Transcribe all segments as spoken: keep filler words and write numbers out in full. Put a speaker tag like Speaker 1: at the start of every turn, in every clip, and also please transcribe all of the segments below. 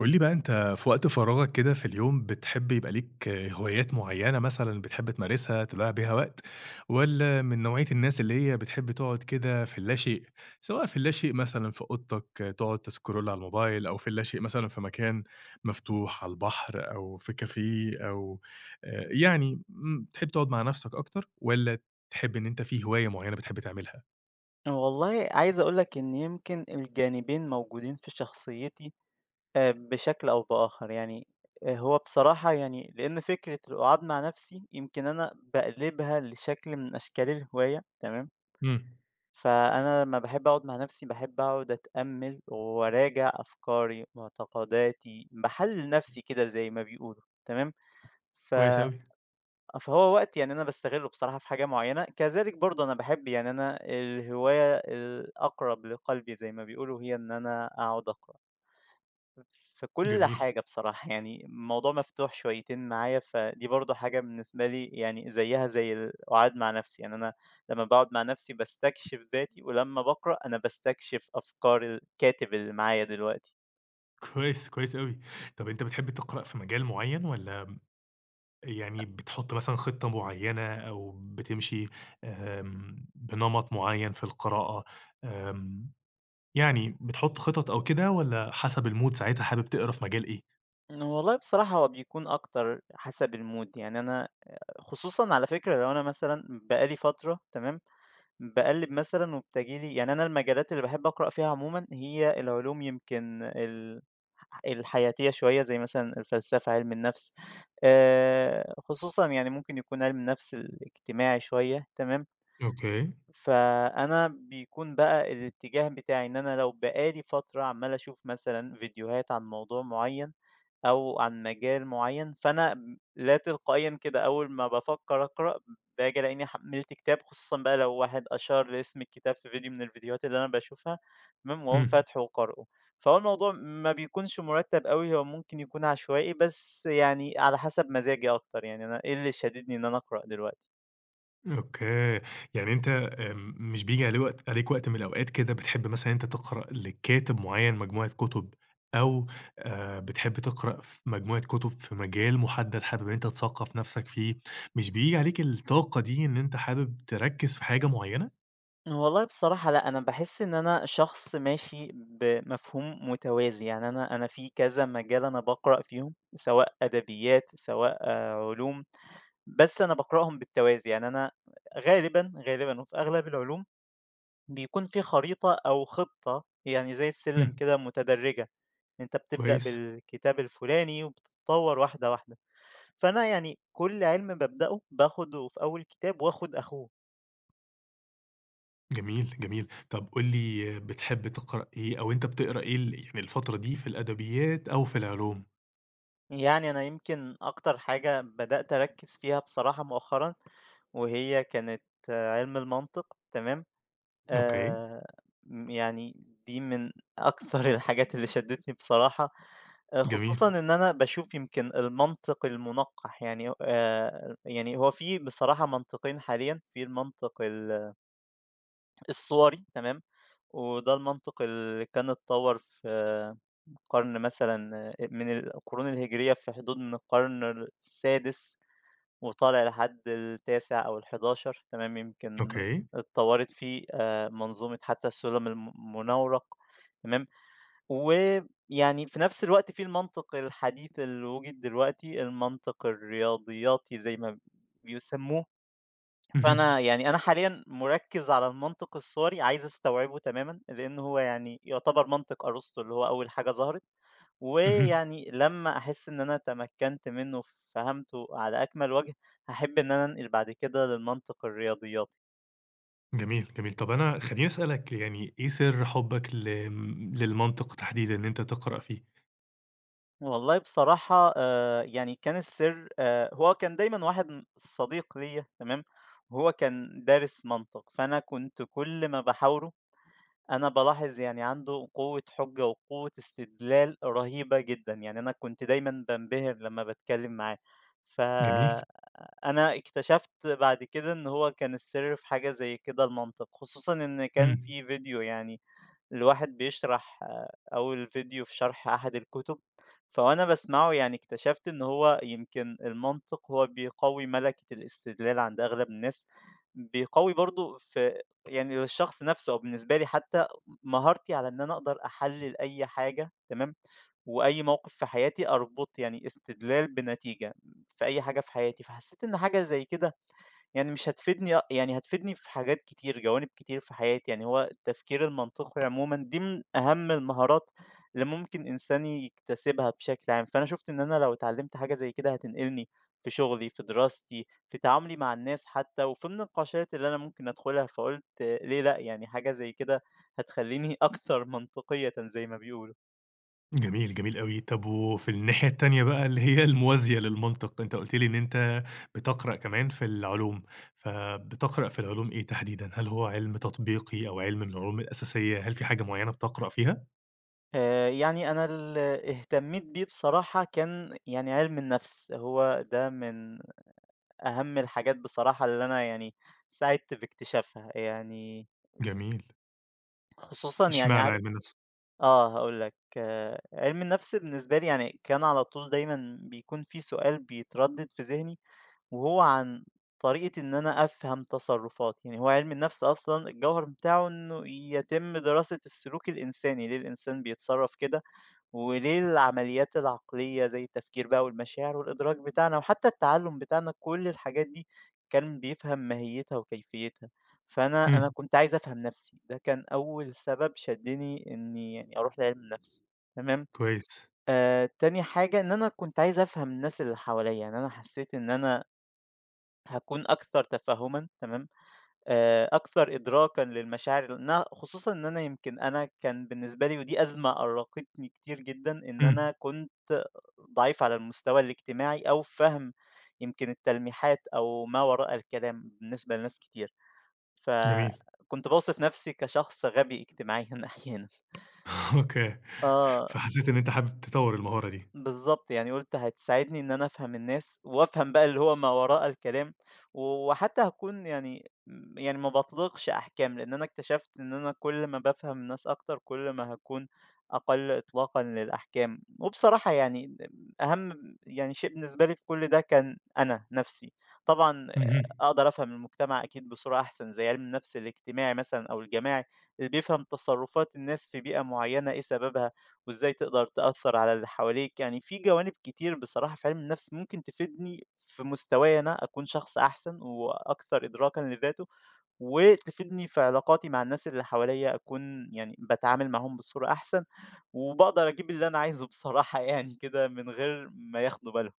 Speaker 1: قُل لي بقى أنت في وقت فراغك كده في اليوم بتحب يبقى ليك هوايات معيّنة مثلًا بتحب تمارسها تضيّع بيها وقت، والّا من نوعية الناس اللي هي بتحب تقعد كده في اللاشيء، سواء في اللاشيء مثلًا في أوضتك تقعد تسكرول على الموبايل أو في اللاشيء مثلًا في مكان مفتوح على البحر أو في كافيه أو آآ، يعني امم، تحب تقعد مع نفسك أكتر، والّا تحب إن أنت في هواية معيّنة بتحب تعملها؟
Speaker 2: والله عايز أقول لك إن يمكن الجانبين موجودين في شخصيتي، آه، بشكل أو بآخر يعني. آه، هو بصراحة يعني لأن فكرة القعاد مع نفسي يمكن أنا بقلبها لشكل من أشكال الهواية، تمام.
Speaker 1: إمم.
Speaker 2: فأنا لما بحب أقعد مع نفسي، بحب أقعد أتأمل وأراجع أفكاري معتقداتي، بحلل نفسي كده زي ما بيقولوا، تمام. ف
Speaker 1: كويس أوي.
Speaker 2: آه، فهو وقت يعني أنا باستغلّه بصراحة في حاجة معيّنة، كذلك برضه أنا باحب، يعني أنا الهواية الأقرب لقلبي زي ما بيقولوا هي إن أنا أقعد أقرا، في كل
Speaker 1: جميل.
Speaker 2: حاجة بصراحة. يعني الموضوع مفتوح شويتين معايا، فدي برضه حاجة بالنسبة لي يعني زيّها زي القعاد مع نفسي. يعني أنا لمّا باقعد مع نفسي باستكشف ذاتي، ولمّا باقرا أنا باستكشف أفكار الكاتب اللي معايا دلوقتي.
Speaker 1: كويس، كويس أوي. طَب أنت بتحب تقرأ في مجال معيّن والّا يعني بتحط مثلًا خطة معيّنة أو بتمشي آمم، بنمط معيّن في القراءة، آمم، يعني بتحط خطط أو كده والّا حسب المود ساعتها حابب تقرا في مجال إيه؟
Speaker 2: والله بصراحة هو بيكون أكتر حسب الmood، يعني أنا خصوصًا على فكرة لو أنا مثلًا بقى لي فترة، تمام؟ باقلِّب مثلًا وبتجي لي، يعني أنا المجالات اللي باحب أقرأ فيها عمومًا هي العلوم، يمكن ال الحياتية شوية، زي مثلًا الفلسفة، علم النفس، آآ خصوصًا يعني ممكن يكون علم النفس الاجتماعي شوية، تمام؟
Speaker 1: أوكي.
Speaker 2: فأنا بيكون بقى الاتجاه بتاعي إن أنا لو بقى لي فترة عمّال أشوف مثلًا فيديوهات عن موضوع معيّن أو عن مجال معيّن، فأنا م لا تلقائيًا كده أول ما بافكّر أقرأ، باجي ألاقيني حمّلت كتاب، خصوصًا بقى لو واحد أشار لاسم الكتاب في فيديو من الفيديوهات اللي أنا باشوفها، تمام، واقوم
Speaker 1: إمم.
Speaker 2: فاتحه وقارئه. فهو الموضوع ما بيكونش مُرتّب أوي، هو ممكن يكون عشوائي، بس يعني على حسب مزاجي أكتر، يعني أنا إيه اللي شاددني إن أنا أقرأ دلوقتي.
Speaker 1: أوكي. يعني أنت آمم، مش بييجي عليه وقت عليك وقت من الأوقات كده بتحب مثلًا أنت تقرأ لكاتب معيّن مجموعة كتب أو آآ، بتحب تقرأ في مجموعة كتب في مجال محدد حابب إن أنت تثقّف نفسك فيه، مش بييجي عليك الطاقة دي إن أنت حابب تركّز في حاجة معيّنة؟
Speaker 2: والله بصراحة لأ، أنا باحس إن أنا شخص ماشي بمفهوم متوازي، يعني أنا أنا في كذا مجال أنا باقرأ فيهم، سواء أدبيات، سواء آه، علوم، بس أنا باقرأهم بالتوازي. يعني أنا غالبًا، غالبًا وفي أغلب العلوم بيكون في خريطة أو خطة، يعني زي السلم
Speaker 1: إمم.
Speaker 2: كده متدرجة. أنت بتبدأ
Speaker 1: كويس.
Speaker 2: بالكتاب الفلاني وبتتطور واحدة واحدة، فأنا يعني كل علم بابدأه باخده في أول كتاب وآخد أخوه.
Speaker 1: جميل، جميل. طب قُل لي بتحب تقرأ إيه أو أنت بتقرأ إيه ال يعني الفترة دي في الأدبيات أو في العلوم؟
Speaker 2: يعني أنا يمكن أكتر حاجة بدأت أركّز فيها بصراحة مؤخرًا، وهي كانت آه، علم المنطق، تمام.
Speaker 1: أوكي.
Speaker 2: آآ م يعني دي من أكثر الحاجات اللي شدّتني بصراحة. آآ
Speaker 1: جميل.
Speaker 2: خصوصًا إن أنا باشوف يمكن المنطق المُنقّح، يعني آآ يعني هو في بصراحة منطقين حاليًا، في المنطق ال الصوري، تمام. وده المنطق اللي كان اتطوّر في قرن مثلًا من القرون الهجرية، في حدود من القرن السادس وطالع لحد التاسع أو الحادي عشر، تمام، يمكن
Speaker 1: أوكي.
Speaker 2: اتطورت فيه آآ منظومة حتى السلم المنورق، تمام. ويعني في نفس الوقت في المنطق الحديث اللي وُجد دلوقتي، المنطق الرياضياتي زي ما بيسموه.
Speaker 1: اهم.
Speaker 2: فأنا يعني أنا حاليًا مُركِّز على المنطق الصوري، عايز أستوعبه تمامًا، لأن هو يعني يعتبر منطق أرسطو اللي هو أول حاجة ظهرت.
Speaker 1: اهم.
Speaker 2: ويعني لمّا أحس إن أنا تمكنت منه وفهمته على أكمل وجه، هاحب إن أنا أنقل بعد كده للمنطق الرياضياتي.
Speaker 1: جميل، جميل. طب أنا خلّيني أسألك يعني إيه سر حُبك لم للمنطق تحديدًا إن أنت تقرأ فيه؟
Speaker 2: والله بصراحة، آآ، يعني كان السر، آآ، هو كان دايمًا واحد م صديق ليّا، تمام، وهو كان دارس منطق. فأنا كنت كل ما باحاوره أنا بالاحظ يعني عنده قوة حجة وقوة استدلال رهيبة جدًا، يعني أنا كنت دايمًا بانبهر لمّا باتكلم معاه. ف
Speaker 1: جميل.
Speaker 2: أنا اكتشفت بعد كده إن هو كان السر في حاجة زي كده المنطق، خصوصًا إن كان
Speaker 1: إمم.
Speaker 2: في فيديو يعني لواحد بيشرح، آه، أول فيديو في شرح أحد الكتب، فوأنا باسمعه يعني اكتشفت إن هو يمكن المنطق هو بيقوي ملكة الاستدلال عند أغلب الناس، بيقوي برضه في يعني للشخص نفسه أو بالنسبة لي حتى مهارتي على إن أنا أقدر أحلل أي حاجة، تمام؟ وأي موقف في حياتي أربط يعني استدلال بنتيجة في أي حاجة في حياتي، فحسيت إن حاجة زي كده يعني مش هتفيدني، يعني هتفيدني في حاجات كتير، جوانب كتير في حياتي. يعني هو التفكير المنطقي عمومًا دي من أهم المهارات اللي ممكن إنسان يكتسبها بشكل عام. فأنا شُفت إن أنا لو اتعلمت حاجة زي كده هتنقلني في شغلي، في دراستي، في تعاملي مع الناس حتى، وفي النقاشات اللي أنا ممكن أدخلها. فقُلت ليه لأ، يعني حاجة زي كده هتخليني أكثر منطقيةً زي ما بيقولوا.
Speaker 1: جميل، جميل أوي. طب وفي الناحية التانية بقى اللي هي الموازية للمنطق، أنت قُلت لي إن أنت بتقرأ كمان في العلوم، فبتقرأ في العلوم إيه تحديدًا؟ هل هو علم تطبيقي أو علم من العلوم الأساسية، هل في حاجة معيّنة بتقرأ فيها؟
Speaker 2: آآ، يعني أنا اللي اهتميت بيه بصراحة كان يعني عِلم النفس. هو ده من أهم الحاجات بصراحة اللي أنا يعني سعدت باكتشافها، يعني
Speaker 1: جميل.
Speaker 2: خصوصًا يعني
Speaker 1: اشمعنى
Speaker 2: عارف،
Speaker 1: علم النفس؟
Speaker 2: آه، هاقول لك. آه، عِلم النفس بالنسبة لي يعني كان على طول دايمًا بيكون في سؤال بيتردد في ذهني، وهو عن طريقة إن أنا أفهم تصرفاتي. يعني هو عِلم النفس أصلًا الجوهر بتاعه إنه يتم دراسة السلوك الإنساني، ليه الإنسان بيتصرف كده. وليه العمليات العقلية زي التفكير بقى والمشاعر والإدراك بتاعنا وحتى التعلم بتاعنا، كل الحاجات دي كان بيفهم ماهيتها وكيفيتها. فأنا أنا
Speaker 1: إمم.
Speaker 2: كنت عايز أفهم نفسي، ده كان أول سبب شدني إني يعني أروح لعلم النفس، تمام.
Speaker 1: كويس.
Speaker 2: آه تاني حاجة إن أنا كنت عايز أفهم الناس اللي حواليا. يعني أنا حسيت إن أنا هكون أكثر تفهما، تمام، آآ أكثر إدراكًا للمشاعر، لأنها خصوصًا إن أنا يمكن أنا كان بالنسبة لي ودي أزمة أرّقتني كتير جدًا، إن
Speaker 1: إمم.
Speaker 2: أنا كنت ضعيف على المستوى الاجتماعي أو فهم يمكن التلميحات أو ما وراء الكلام بالنسبة لناس كتير.
Speaker 1: جميل.
Speaker 2: فكنت باوصف نفسي كشخص غبي اجتماعيًا أحيانًا.
Speaker 1: أوكي.
Speaker 2: آه.
Speaker 1: فحسيت إن أنت حابب تطوّر المهارة دي.
Speaker 2: بالضبط، يعني قُلت هتساعدني إن أنا أفهم الناس، وأفهم بقى اللي هو ما وراء الكلام، و- وحتى هاكون يعني م يعني ما باطلقش أحكام، لإن أنا اكتشفت إن أنا كل ما بافهم الناس أكتر، كل ما هاكون أقل إطلاقًا للأحكام. وبصراحة يعني م أهم يعني شيء بالنسبة لي في كل ده كان أنا نَفْسي، طبعًا آآ
Speaker 1: اهم.
Speaker 2: أقدر أفهم المجتمع أكيد بصورة أحسن، زي علم النَفْس الاجتماعي مثلًا أو الجماعي، اللي بيفهم تصرفات الناس في بيئة معيّنة إيه سببها. وإزاي تقدر تأثّر على اللي حواليك، يعني في جوانب كتير بصراحة في عِلم النَفْس ممكن تفيدني في مستوايا، أنا أكون شخص أحسن وأكثر إدراكًا لذاته، وتفيدني في علاقاتي مع الناس اللي حواليّا، أكون يعني باتعامل معاهم بصورة أحسن، وباقدر أجيب اللي أنا عايزه بصراحة يعني كده من غير ما ياخدوا بالهم.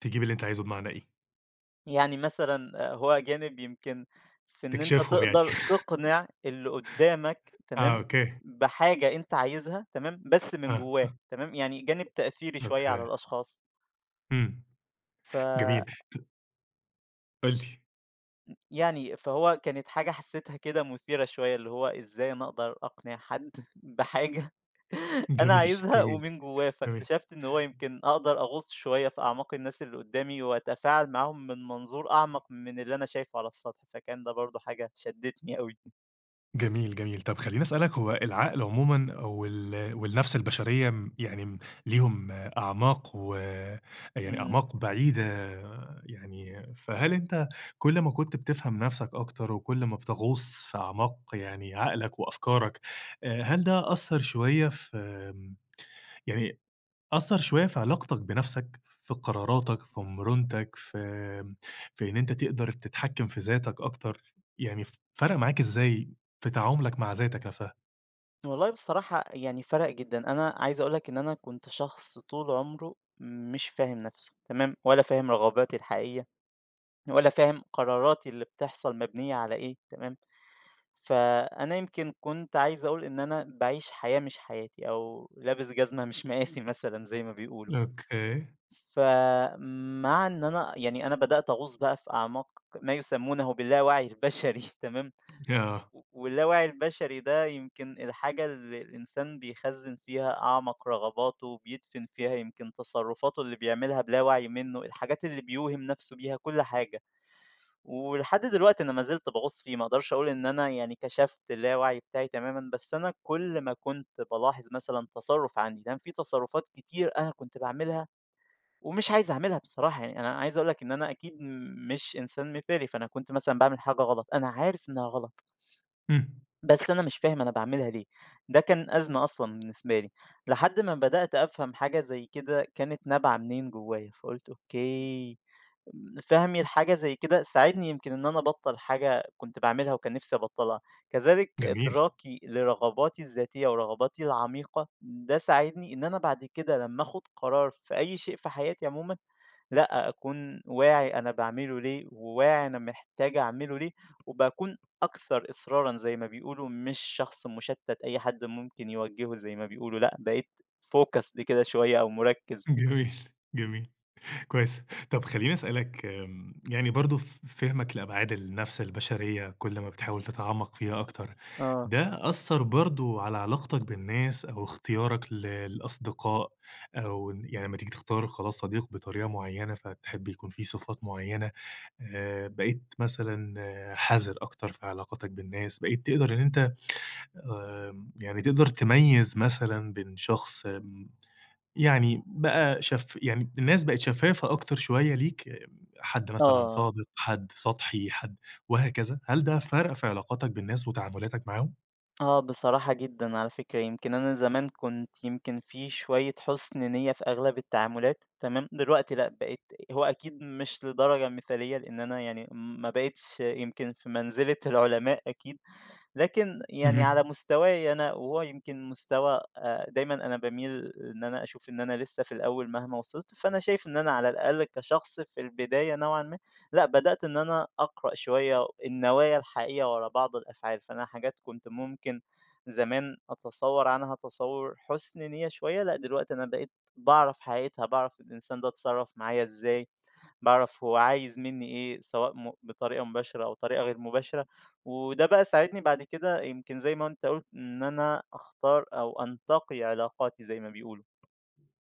Speaker 1: تجيب اللي أنت عايزه بمعنى إيه؟
Speaker 2: يعني مثلًا، آآ، هو جانب يمكن في إن أنت
Speaker 1: تكشفهم يعني.
Speaker 2: تقدر تقنع اللي قدّامك،
Speaker 1: آه،
Speaker 2: تمام،
Speaker 1: أوكي.
Speaker 2: بحاجة أنت عايزها، تمام، بس من
Speaker 1: آه،
Speaker 2: جوّاه،
Speaker 1: آه،
Speaker 2: تمام، يعني جانب تأثيري شوية على
Speaker 1: أوكي.
Speaker 2: الأشخاص.
Speaker 1: إمم.
Speaker 2: فيعني
Speaker 1: جميل. قُل لي.
Speaker 2: فهو كانت حاجة حسيتها كده مثيرة شوية، اللي هو إزاي أنا أقدر أقنع حد بحاجة أنا
Speaker 1: جميل،
Speaker 2: عايزها
Speaker 1: جميل،
Speaker 2: ومن جوّاه.
Speaker 1: جميل.
Speaker 2: فاكتشفت إن هو يمكن أقدر أغُوص شوية في أعماق الناس اللي قدّامي وأتفاعل معاهم من منظور أعمق من اللي أنا شايفه على السطح، فكان ده برضه حاجة شدّتني أوي.
Speaker 1: جميل، جميل. طب خلّيني أسألك هو العقل عمومًا أو ال والنَفْس البشرية م يعني م ليهم أعماق و يعني
Speaker 2: إمم.
Speaker 1: أعماق بعيدة يعني، فهل أنت كل ما كنت بتفهم نَفْسك أكتر وكل ما بتغوص في أعماق يعني عقلك وأفكارك، آآ هل ده أثّر شوية في آمم يعني أثّر شوية في علاقتك بنَفْسك، في قراراتك، في مرونتك، في في إن أنت تقدر تتحكّم في ذاتك أكتر، يعني ف فرَق معاك إزاي في تعاملك مع ذاتك نَفْسها؟
Speaker 2: والله بصراحة يعني فرق جدًا. أنا عايز أقول لك إن أنا كنت شخص طول عمره مش فاهم نَفْسه، تمام، ولا فاهم رغباتي الحقيقية، ولا فاهم قراراتي اللي بتحصل مبنية على إيه، تمام. فأنا يمكن كنت عايز أقول إن أنا باعيش حياة مش حياتي أو لابس جزمة مش مقاسي مثلًا زي ما بيقولوا.
Speaker 1: أوكي.
Speaker 2: فمع إن أنا يعني أنا بدأت أغوص بقى في أعماق ما يسمونه باللاوعي البشري تمام.
Speaker 1: آه.
Speaker 2: و واللاوعي البشري ده يمكن الحاجة اللي الإنسان بيخزّن فيها أعمق رغباته، وبيدفن فيها يمكن تصرفاته اللي بيعملها بلا وعي منه، الحاجات اللي بيوهم نفسه بيها، كل حاجة. ولحد دلوقتي أنا ما زلت باغوص فيه، ما أقدرش أقول إن أنا يعني كشفت اللاوعي بتاعي تمامًا، بس أنا كل ما كنت بالاحظ مثلًا تصرُّف عندي، كان في تصرفات كتير أنا كنت باعملها ومش عايز أعملها بصراحة. يعني أنا عايز أقول لك إن أنا أكيد م- مش إنسان مثالي، فأنا كنت مثلًا باعمل حاجة غلط، أنا عارف إنها غلط.
Speaker 1: إمم.
Speaker 2: بس أنا مش فاهم أنا باعملها ليه، ده كان أزمة أصلًا بالنسبة لي، لحد ما بدأت أفهم حاجة زي كده كانت نابعة منين جوايا. فقُلت أوكي، م فهمي لحاجة زي كده ساعدني يمكن إن أنا أبطّل حاجة كنت باعملها وكان نفسي أبطّلها، كذلك
Speaker 1: جميل،
Speaker 2: إدراكي لرغباتي الذاتية ورغباتي العميقة، ده ساعدني إن أنا بعد كده لمّا آخُد قرار في أي شيء في حياتي عمومًا لأ، أكون واعي أنا باعمله ليه، وواعي أنا محتاج أعمله ليه، وباكون أكثر إصرارًا زي ما بيقولوا، مش شخص مشتت أي حد ممكن يوجهه زي ما بيقولوا، لأ، بقيت focused كده شوية أو مركّز.
Speaker 1: جميل، جميل. كويس. طب خلّيني أسألك آمم، يعني برضه ف فهمك لأبعاد النفس البشرية كل ما بتحاول تتعمّق فيها أكتر،
Speaker 2: آه،
Speaker 1: ده أثّر برضه على علاقتك بالناس أو اختيارك ل للأصدقاء أو ن يعني لمّا تيجي تختار خلاص صديق بطريقة معيّنة فتحب يكون فيه صفات معيّنة، آآ بقيت مثلًا آه، حذر أكتر في علاقاتك بالناس، بقيت تقدر إن أنت آمم، يعني تقدر تميّز مثلًا بين شخص يعني بقى شف يعني الناس بقت شفّافة أكتر شوية ليك، حد مثلًا
Speaker 2: آه،
Speaker 1: صادق، حد سطحي، حد وهكذا، هل ده فرق في علاقاتك بالناس وتعاملاتك معاهم؟
Speaker 2: آه، بصراحة جدًا على فكرة، يمكن أنا زمان كنت يمكن في شوية حُسن نيّة في أغلب التعاملات، تمام، دلوقتي لأ، بقيت. هو أكيد مش لدرجة مثالية، لإن أنا يعني ما بقيتش يمكن في منزلة العلماء أكيد. لكن يعني على
Speaker 1: اهم.
Speaker 2: مستواي أنا وهو يمكن مستوى، آآ دايمًا أنا باميل إن أنا أشوف إن أنا لسه في الأول مهما وصلت. فأنا شايف إن أنا على الأقل كشخص في البداية نوعًا ما، لأ بدأت إن أنا أقرأ شوية النوايا الحقيقية ورا بعض الأفعال. فأنا حاجات كنت ممكن زمان أتصوّر عنها تصوُّر حُسن نية شوية، لأ دلوقتي أنا بقيت باعرف حقيقتها، باعرف الإنسان ده اتصرّف معايا إزاي، باعرف هو عايز منّي إيه، سواء م بطريقة مباشرة أو طريقة غير مباشرة. وده بقى ساعدني بعد كده يمكن زي ما أنت قُلت إن أنا أختار أو أنتقي علاقاتي زي ما بيقولوا.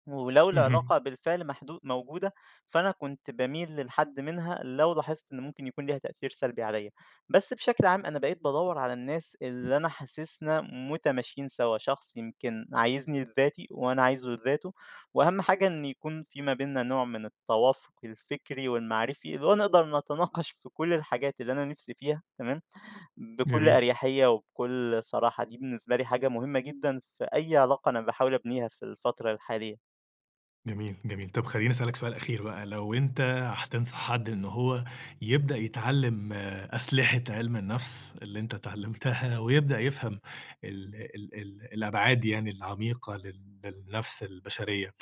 Speaker 2: ولو
Speaker 1: اهم.
Speaker 2: العلاقة بالفعل محدود موجودة فأنا كنت بميل للحد منها لو لاحظت إن ممكن يكون ليها تأثير سلبي عليا. بس بشكل عام أنا بقيت بدور على الناس اللي أنا حاسسنا متماشيين سوا، شخص يمكن عايزني لذاتي وأنا عايزه لذاته، وأهم حاجة إن يكون في ما بيننا نوع من التوافق الفكري والمعرفي اللي هو نقدر نتناقش في كل الحاجات اللي أنا نفسي فيها، تمام، بكل
Speaker 1: جميل.
Speaker 2: أريحية وبكل صراحة. دي بالنسبة لي حاجة مهمة جدا في أي علاقة أنا بحاول أبنيها في الفترة الحالية.
Speaker 1: جميل، جميل. طب خلّيني أسألك سؤال أخير بقى، لو أنت هتنصح حد إن هو يبدأ يتعلّم آه، أسلحة علم النفس اللي أنت اتعلّمتها ويبدأ يفهم ال ال ال الأبعاد يعني العميقة لل للنفس البشرية،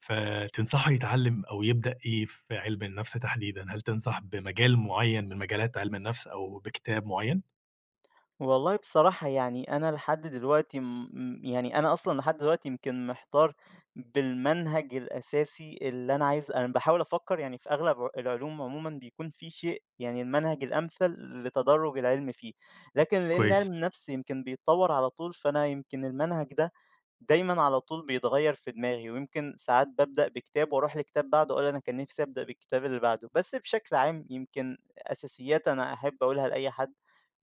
Speaker 1: فتنصحه يتعلّم أو يبدأ إيه في علم النفس تحديدًا؟ هل تنصح بمجال معيّن من مجالات علم النفس أو بكتاب معيّن؟
Speaker 2: والله بصراحة يعني أنا لحد دلوقتي م- م- يعني أنا أصلا لحد دلوقتي يمكن محتار بالمنهج الأساسي اللي أنا عايز، أنا بحاول أفكر يعني في أغلب ع- العلوم عموما بيكون في شيء يعني المنهج الأمثل لتدرج العلم فيه. لكن لأن
Speaker 1: كويس.
Speaker 2: علم النفس يمكن بيتطور على طول، فأنا يمكن المنهج ده دايمًا على طول بيتغيّر في دماغي، ويمكن ساعات بابدأ بكتاب وأروح لكتاب بعده أقول أنا كان نفسي أبدأ بالكتاب اللي بعده. بس بشكل عام يمكن أساسيات أنا أحب أقولها لأي حد،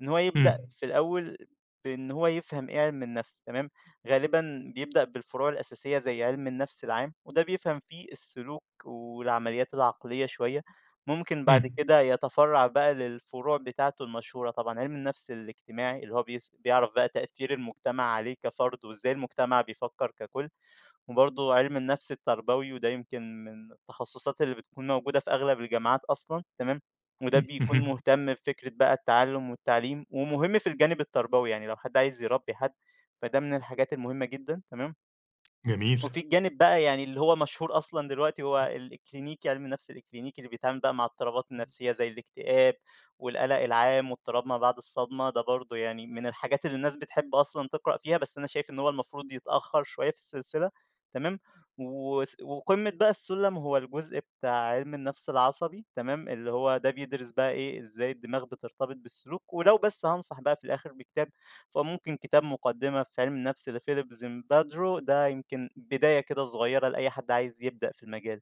Speaker 2: إن هو يبدأ
Speaker 1: إمم،
Speaker 2: في الأول بإن هو يفهم إيه عِلم النفس، تمام. غالبًا بيبدأ بالفروع الأساسية زي عِلم النفس العام، وده بيفهم فيه السلوك والعمليات العقلية شوية. ممكن بعد
Speaker 1: إمم،
Speaker 2: كده يتفرّع بقى للفروع بتاعته المشهورة طبعًا، علم النفس الاجتماعي اللي هو بيس بيعرف بقى تأثير المجتمع عليه كفرد، وإزاي المجتمع بيفكّر ككُل. وبرضه علم النفس التربوي، وده يمكن من التخصصات اللي بتكون موجودة في أغلب الجامعات أصلًا، تمام، وده
Speaker 1: إمم،
Speaker 2: بيكون
Speaker 1: اهم.
Speaker 2: مهتم بفكرة بقى التعلُّم والتعليم، ومهم في الجانب التربوي. يعني لو حد عايز يربّي حد فده من الحاجات المهمة جدًا، تمام.
Speaker 1: جميل.
Speaker 2: وفي الجانب بقى يعني اللي هو مشهور أصلًا دلوقتي هو ال الكلينيكي، علم النفس الكلينيكي اللي بيتعامل بقى مع اضطرابات النفسية زي الاكتئاب والقلق العام واضطراب ما بعد الصدمة، ده برضه يعني من الحاجات اللي الناس بتحب أصلًا تقرأ فيها، بس أنا شايف إن هو المفروض يتأخر شوية في السلسلة، تمام. وس وقمة بقى السلم هو الجزء بتاع علم النفس العصبي، تمام، اللي هو ده بيدرس بقى إيه، إزاي الدماغ بترتبط بالسلوك. ولو بس هانصح بقى في الآخر بكتاب، فممكن كتاب مقدمة في علم النفس لفيليب زيمبادرو، ده يمكن بداية كده صغيرة لأي حد عايز يبدأ في المجال.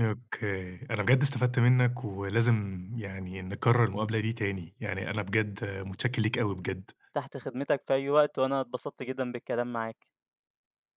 Speaker 1: أوكي، أنا بجد استفدت منّك ولازم يعني نكرّر المقابلة دي تاني، يعني أنا بجد متشكّر ليك أوي بجد.
Speaker 2: تحت خدمتك في أي وقت، وأنا اتبسطت جدا بالكلام معاك.